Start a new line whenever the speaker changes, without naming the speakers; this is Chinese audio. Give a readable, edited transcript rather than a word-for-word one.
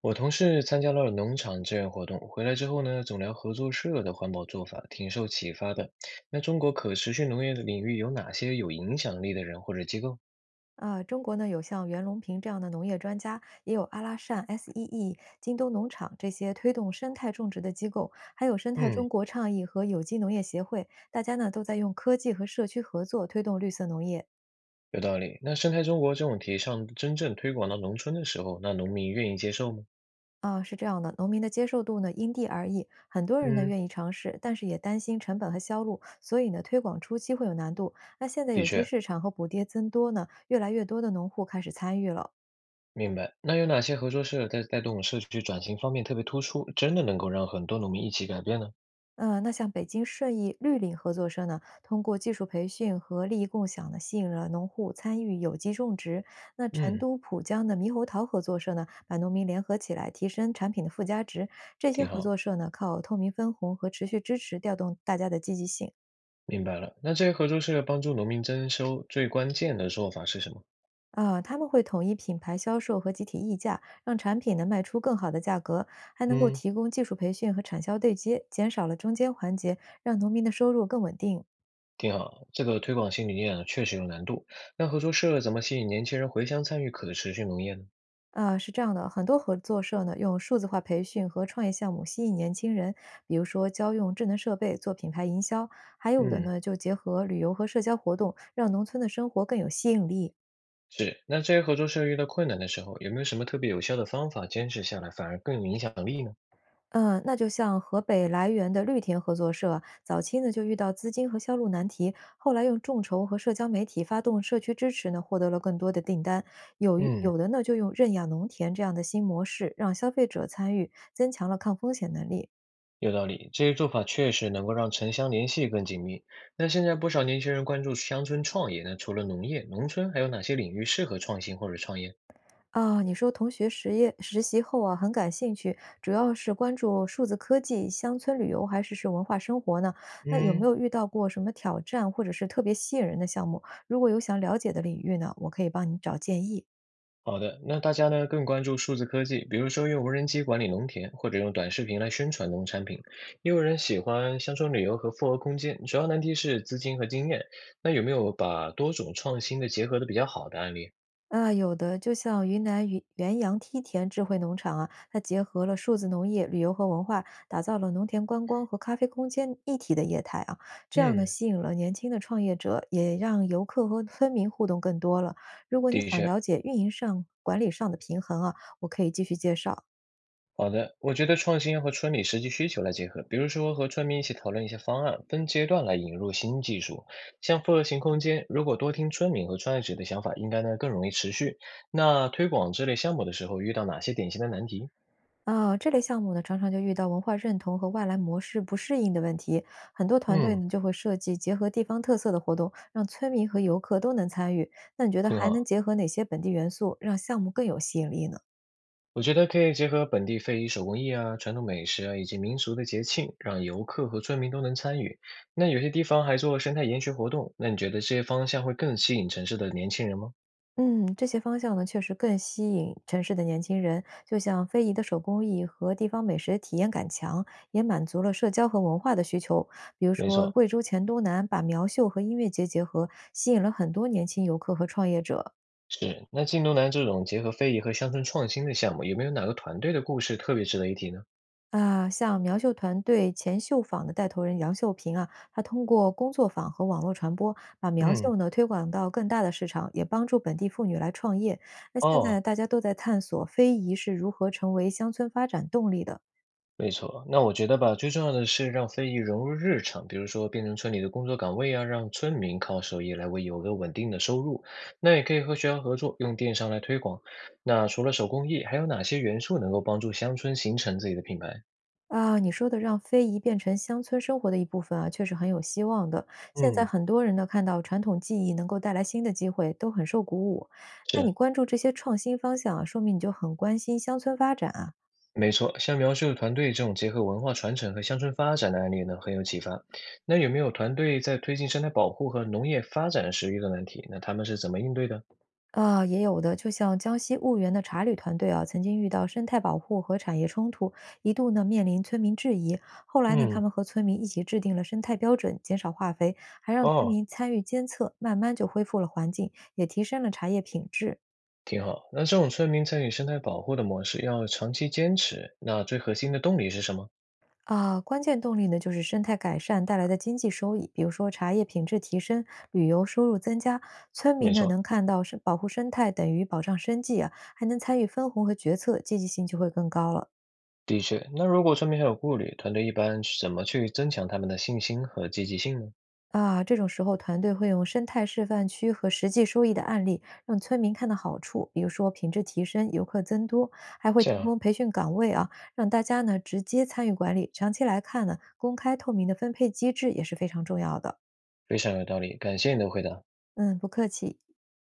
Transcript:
我同事参加了农场志愿活动，回来之后呢，总聊合作社的环保做法，挺受启发的。那中国可持续农业的领域有哪些有影响力的人或者机构？
中国呢有像袁隆平这样的农业专家，也有阿拉善 SEE、京东农场这些推动生态种植的机构，还有生态
嗯，
中国倡议和有机农业协会，大家呢都在用科技和社区合作推动绿色农业。
有道理。那生态中国这种提倡真正推广到农村的时候，那农民愿意接受吗？
是这样的，农民的接受度呢因地而异，很多人呢
嗯，
愿意尝试，但是也担心成本和销路，所以呢推广初期会有难度。那现在
的
有机
确，
市场和补贴增多呢，越来越多的农户开始参与了。
明白。那有哪些合作社在带动社区转型方面特别突出，真的能够让很多农民一起改变呢？
那像北京顺义绿岭合作社呢，通过技术培训和利益共享呢，吸引了农户参与有机种植。那成
嗯，
都浦江的猕猴桃合作社呢，把农民联合起来，提升产品的附加值。这些
挺
合
好，
作社呢，靠透明分红和持续支持，调动大家的积极性。
明白了。那这些合作社帮助农民增收，最关键的做法是什么？
他们会统一品牌销售和集体议价，让产品呢卖出更好的价格，还能够
嗯。
提供技术培训和产销对接，减少了中间环节，让农民的收入更稳定。
挺好，这个推广新理念啊确实有难度。那合作社怎么吸引年轻人回乡参与可持续农业呢？
是这样的，很多合作社呢，用数字化培训和创业项目吸引年轻人，比如说教用智能设备做品牌营销，还有的
嗯，
呢，就结合旅游和社交活动，让农村的生活更有吸引力。
是。那这些合作社遇到困难的时候，有没有什么特别有效的方法坚持下来，反而更有影响力呢？
嗯，那就像河北涞源的绿田合作社，早期呢就遇到资金和销路难题，后来用众筹和社交媒体发动社区支持呢，获得了更多的订单。
嗯，
有的呢就用认养农田这样的新模式，让消费者参与，增强了抗风险能力。
有道理。这些做法确实能够让城乡联系更紧密。那现在不少年轻人关注乡村创业，那除了农业，农村还有哪些领域适合创新或者创业？
你说同学实业实习后啊，很感兴趣，主要是关注数字科技、乡村旅游还是文化生活呢？那有没
嗯，
有遇到过什么挑战，或者是特别吸引人的项目？如果有想了解的领域呢，我可以帮你找建议。
好的，那大家呢更关注数字科技，比如说用无人机管理农田，或者用短视频来宣传农产品。也有人喜欢乡村旅游和复合空间，主要难题是资金和经验。那有没有把多种创新的结合的比较好的案例？
有的，就像云南云元阳梯田智慧农场啊，它结合了数字农业、旅游和文化，打造了农田观光和咖啡空间一体的业态啊。这样呢，
嗯，
吸引了年轻的创业者，也让游客和村民互动更多了。如果你
的
想
确，
了解运营上、管理上的平衡啊，我可以继续介绍。
好的，我觉得创新要和村里实际需求来结合，比如说和村民一起讨论一些方案，分阶段来引入新技术。像复合型空间，如果多听村民和创业者的想法，应该呢更容易持续。那推广这类项目的时候，遇到哪些典型的难题？
这类项目呢，常常就遇到文化认同和外来模式不适应的问题。很多团队
嗯，
呢，就会设计结合地方特色的活动，让村民和游客都能参与。那你觉得
挺
还能
好。
结合哪些本地元素，让项目更有吸引力呢？
我觉得可以结合本地非遗手工艺啊、传统美食啊，以及民俗的节庆，让游客和村民都能参与。那有些地方还做生态研学活动，那你觉得这些方向会更吸引城市的年轻人吗？
嗯，这些方向呢，确实更吸引城市的年轻人。就像非遗的手工艺和地方美食体验感强，也满足了社交和文化的需求。比如
没
说，
错，
贵州黔东南把苗绣和音乐节结合，吸引了很多年轻游客和创业者。
是。那进都南这种结合非遗和乡村创新的项目，有没有哪个团队的故事特别值得一提呢？
像苗绣团队前绣坊的带头人杨秀平啊，他通过工作坊和网络传播，把苗
嗯，
绣呢推广到更大的市场，也帮助本地妇女来创业。那现在
哦，
大家都在探索非遗是如何成为乡村发展动力的
没错，那我觉得吧，最重要的是让非遗融入日常，比如说变成村里的工作岗位啊，让村民靠手艺来为有个稳定的收入。那也可以和学校合作，用电商来推广。那除了手工艺，还有哪些元素能够帮助乡村形成自己的品牌？
啊。你说的让非遗变成乡村生活的一部分啊，确实很有希望的。现在
嗯，
很多人呢看到传统技艺能够带来新的机会，都很受鼓舞。那你
是，
关注这些创新方向啊，说明你就很关心乡村发展啊。
没错，像描述团队这种结合文化传承和乡村发展的案例呢，很有启发。那有没有团队在推进生态保护和农业发展时遇到难题？那他们是怎么应对的？
也有的，就像江西婺源的茶旅团队啊，曾经遇到生态保护和产业冲突，一度呢面临村民质疑。后来呢，他
嗯，
们和村民一起制定了生态标准，减少化肥，还让村
哦。
民参与监测，慢慢就恢复了环境，也提升了茶叶品质。
挺好。那这种村民参与生态保护的模式要长期坚持，那最核心的动力是什么？
关键动力呢就是生态改善带来的经济收益，比如说茶叶品质提升、旅游收入增加，村民
没
呢
错，
能看到是保护生态等于保障生计啊，还能参与分红和决策，积极性就会更高了。
的确，那如果村民还有顾虑，团队一般是怎么去增强他们的信心和积极性呢？
这种时候团队会用生态示范区和实际收益的案例，让村民看到好处，比如说品质提升、游客增多，还会
这
提
样
供培训岗位啊，让大家呢直接参与管理。长期来看呢，公开透明的分配机制也是非常重要的。
非常有道理，感谢你的回答。
嗯，不客气。